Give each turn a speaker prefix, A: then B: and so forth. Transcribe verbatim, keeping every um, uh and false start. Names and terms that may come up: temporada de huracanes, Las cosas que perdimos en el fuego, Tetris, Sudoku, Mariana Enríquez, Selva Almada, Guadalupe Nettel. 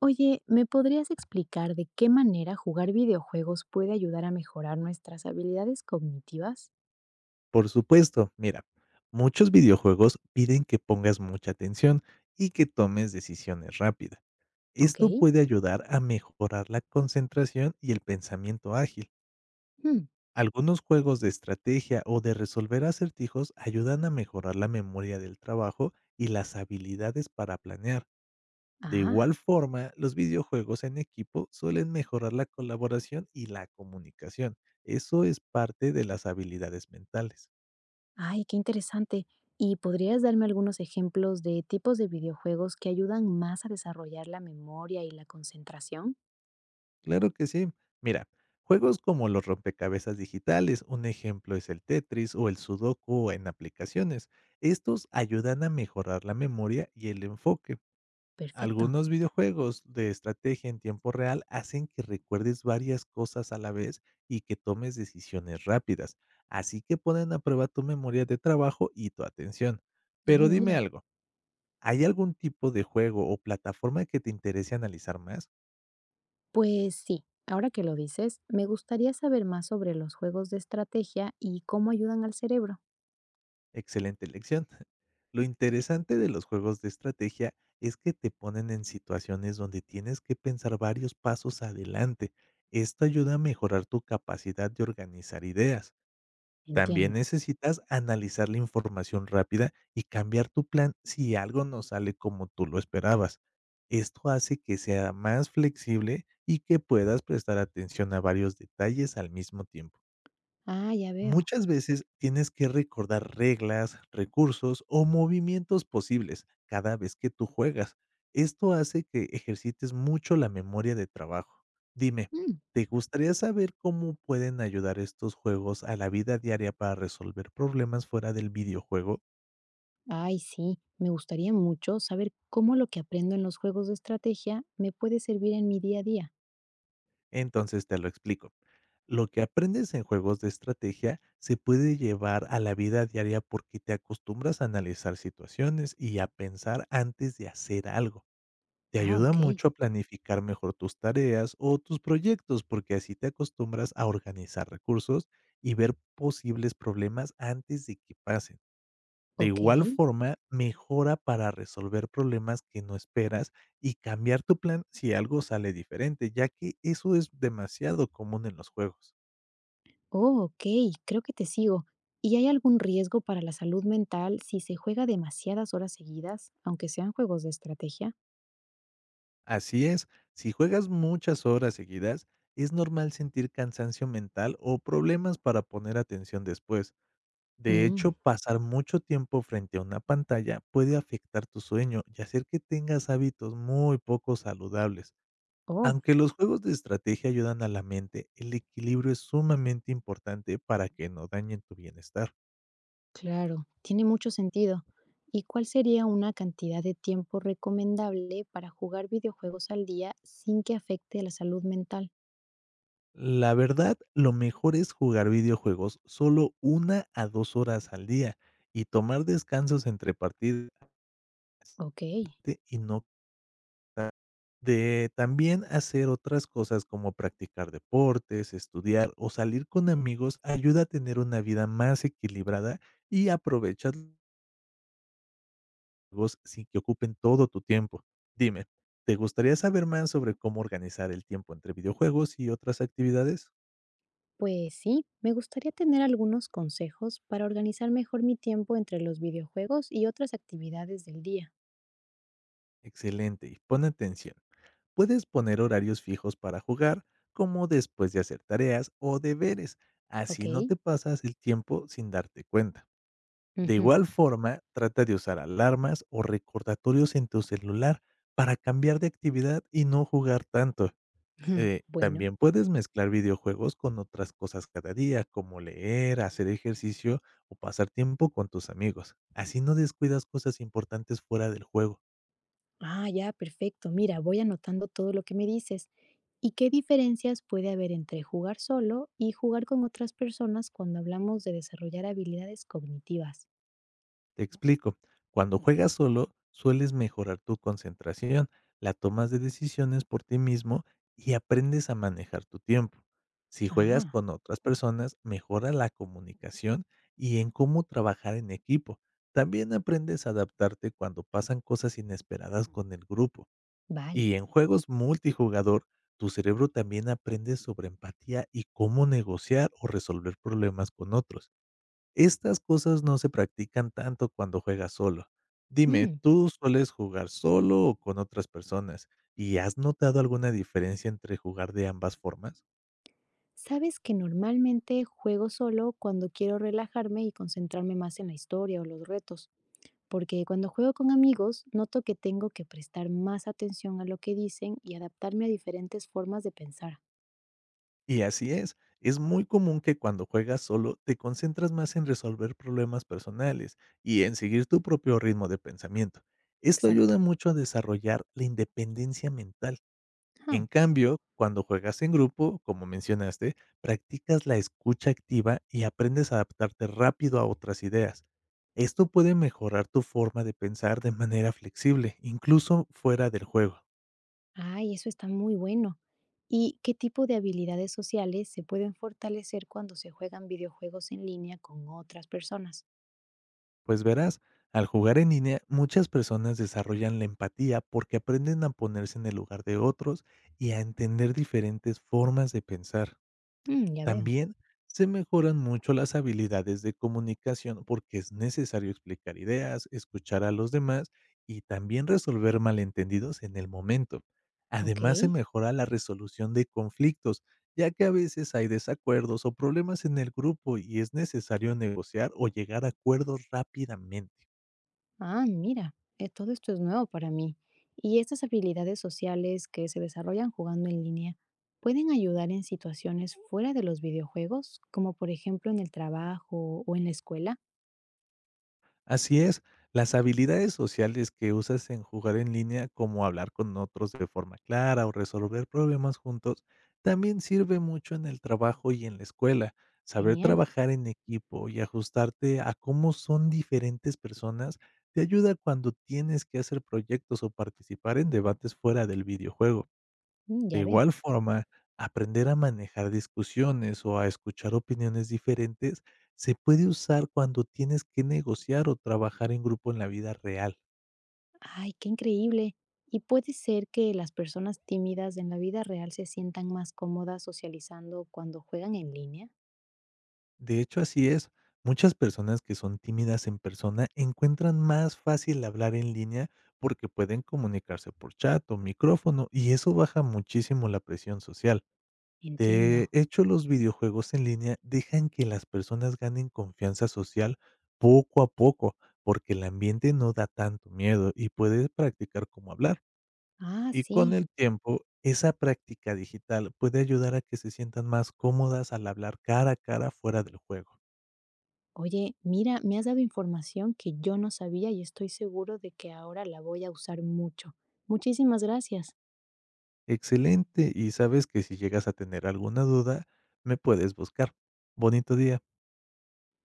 A: Oye, ¿me podrías explicar de qué manera jugar videojuegos puede ayudar a mejorar nuestras habilidades cognitivas?
B: Por supuesto, mira, muchos videojuegos piden que pongas mucha atención y que tomes decisiones rápidas.
A: Ok.
B: Esto puede ayudar a mejorar la concentración y el pensamiento ágil.
A: Hmm.
B: Algunos juegos de estrategia o de resolver acertijos ayudan a mejorar la memoria del trabajo y las habilidades para planear. De igual
A: Ah,
B: forma, los videojuegos en equipo suelen mejorar la colaboración y la comunicación. Eso es parte de las habilidades mentales.
A: ay, qué interesante. ¿Y podrías darme algunos ejemplos de tipos de videojuegos que ayudan más a desarrollar la memoria y la concentración?
B: Claro que sí. Mira, juegos como los rompecabezas digitales, un ejemplo es el Tetris o el Sudoku en aplicaciones. Estos ayudan a mejorar la memoria y el enfoque.
A: Perfecto.
B: Algunos videojuegos de estrategia en tiempo real hacen que recuerdes varias cosas a la vez y que tomes decisiones rápidas, así que ponen a prueba tu memoria de trabajo y tu atención. Pero
A: Ay,
B: dime
A: mira.
B: algo, ¿hay algún tipo de juego o plataforma que te interese analizar más?
A: Pues sí, ahora que lo dices, me gustaría saber más sobre los juegos de estrategia y cómo ayudan al cerebro.
B: Excelente elección. Lo interesante de los juegos de estrategia es que te ponen en situaciones donde tienes que pensar varios pasos adelante. Esto ayuda a mejorar tu capacidad de organizar ideas. También
A: Entiendo.
B: necesitas analizar la información rápida y cambiar tu plan si algo no sale como tú lo esperabas. Esto hace que sea más flexible y que puedas prestar atención a varios detalles al mismo tiempo.
A: Ah, ya veo.
B: Muchas veces tienes que recordar reglas, recursos o movimientos posibles cada vez que tú juegas. Esto hace que ejercites mucho la memoria de trabajo. Dime,
A: Mm.
B: ¿te gustaría saber cómo pueden ayudar estos juegos a la vida diaria para resolver problemas fuera del videojuego?
A: Ay, sí, me gustaría mucho saber cómo lo que aprendo en los juegos de estrategia me puede servir en mi día a día.
B: Entonces te lo explico. Lo que aprendes en juegos de estrategia se puede llevar a la vida diaria porque te acostumbras a analizar situaciones y a pensar antes de hacer algo. Te
A: Ah,
B: ayuda
A: ok,
B: mucho a planificar mejor tus tareas o tus proyectos, porque así te acostumbras a organizar recursos y ver posibles problemas antes de que pasen. De
A: ok.
B: igual forma, mejora para resolver problemas que no esperas y cambiar tu plan si algo sale diferente, ya que eso es demasiado común en los juegos.
A: Oh, ok, creo que te sigo. ¿Y hay algún riesgo para la salud mental si se juega demasiadas horas seguidas, aunque sean juegos de estrategia?
B: Así es, si juegas muchas horas seguidas, es normal sentir cansancio mental o problemas para poner atención después. De
A: Mm,
B: hecho, pasar mucho tiempo frente a una pantalla puede afectar tu sueño y hacer que tengas hábitos muy poco saludables.
A: oh,
B: Aunque los juegos de estrategia ayudan a la mente, el equilibrio es sumamente importante para que no dañen tu bienestar.
A: claro, tiene mucho sentido. ¿Y cuál sería una cantidad de tiempo recomendable para jugar videojuegos al día sin que afecte la salud mental?
B: La verdad, lo mejor es jugar videojuegos solo una a dos horas al día y tomar descansos entre partidas
A: Ok.
B: y no De también hacer otras cosas como practicar deportes, estudiar o salir con amigos ayuda a tener una vida más equilibrada y aprovechar los juegos sin que ocupen todo tu tiempo. Dime, ¿te gustaría saber más sobre cómo organizar el tiempo entre videojuegos y otras actividades?
A: Pues sí, me gustaría tener algunos consejos para organizar mejor mi tiempo entre los videojuegos y otras actividades del día.
B: Excelente, y pon atención. Puedes poner horarios fijos para jugar, como después de hacer tareas o deberes.
A: ¿Ok?
B: Así no te pasas el tiempo sin darte cuenta. De
A: Ujú,
B: igual forma, trata de usar alarmas o recordatorios en tu celular para cambiar de actividad y no jugar tanto.
A: ujú,
B: Eh,
A: bueno,
B: también puedes mezclar videojuegos con otras cosas cada día, como leer, hacer ejercicio o pasar tiempo con tus amigos. Así no descuidas cosas importantes fuera del juego.
A: ah, ya, perfecto. Mira, voy anotando todo lo que me dices. ¿Y qué diferencias puede haber entre jugar solo y jugar con otras personas cuando hablamos de desarrollar habilidades cognitivas?
B: Te explico, cuando juegas solo, sueles mejorar tu concentración, la tomas de decisiones por ti mismo y aprendes a manejar tu tiempo. Si juegas
A: Ah,
B: con otras personas, mejora la comunicación y en cómo trabajar en equipo. También aprendes a adaptarte cuando pasan cosas inesperadas con el grupo.
A: vale.
B: Y en juegos multijugador, tu cerebro también aprende sobre empatía y cómo negociar o resolver problemas con otros. Estas cosas no se practican tanto cuando juegas solo. Dime,
A: Mm,
B: ¿tú sueles jugar solo o con otras personas? ¿Y has notado alguna diferencia entre jugar de ambas formas?
A: Sabes que normalmente juego solo cuando quiero relajarme y concentrarme más en la historia o los retos, porque cuando juego con amigos noto que tengo que prestar más atención a lo que dicen y adaptarme a diferentes formas de pensar.
B: Y así es, es muy común que cuando juegas solo te concentras más en resolver problemas personales y en seguir tu propio ritmo de pensamiento. Esto
A: Exacto.
B: ayuda mucho a desarrollar la independencia mental.
A: Ah,
B: En cambio, cuando juegas en grupo, como mencionaste, practicas la escucha activa y aprendes a adaptarte rápido a otras ideas. Esto puede mejorar tu forma de pensar de manera flexible, incluso fuera del juego.
A: ay, eso está muy bueno. ¿Y qué tipo de habilidades sociales se pueden fortalecer cuando se juegan videojuegos en línea con otras personas?
B: Pues verás, al jugar en línea, muchas personas desarrollan la empatía porque aprenden a ponerse en el lugar de otros y a entender diferentes formas de pensar.
A: Mm, ya veo.
B: También se mejoran mucho las habilidades de comunicación porque es necesario explicar ideas, escuchar a los demás y también resolver malentendidos en el momento.
A: Ok.
B: Además se mejora la resolución de conflictos, ya que a veces hay desacuerdos o problemas en el grupo y es necesario negociar o llegar a acuerdos rápidamente.
A: Ah, mira, eh, todo esto es nuevo para mí. ¿Y estas habilidades sociales que se desarrollan jugando en línea pueden ayudar en situaciones fuera de los videojuegos, como por ejemplo en el trabajo o en la escuela?
B: Así es, las habilidades sociales que usas en jugar en línea, como hablar con otros de forma clara o resolver problemas juntos, también sirve mucho en el trabajo y en la escuela. Saber
A: Genial,
B: trabajar en equipo y ajustarte a cómo son diferentes personas te ayuda cuando tienes que hacer proyectos o participar en debates fuera del videojuego.
A: mm,
B: De
A: ya veo.
B: igual forma, aprender a manejar discusiones o a escuchar opiniones diferentes se puede usar cuando tienes que negociar o trabajar en grupo en la vida real.
A: Ay, qué increíble. ¿Y puede ser que las personas tímidas en la vida real se sientan más cómodas socializando cuando juegan en línea?
B: De hecho, así es. Muchas personas que son tímidas en persona encuentran más fácil hablar en línea porque pueden comunicarse por chat o micrófono y eso baja muchísimo la presión social. De
A: Entiendo.
B: hecho, los videojuegos en línea dejan que las personas ganen confianza social poco a poco, porque el ambiente no da tanto miedo y puedes practicar cómo hablar.
A: Ah,
B: Y con
A: sí.
B: el tiempo, esa práctica digital puede ayudar a que se sientan más cómodas al hablar cara a cara fuera del juego.
A: Oye, mira, me has dado información que yo no sabía y estoy seguro de que ahora la voy a usar mucho. Muchísimas gracias.
B: Excelente, y sabes que si llegas a tener alguna duda, me puedes buscar. Bonito día.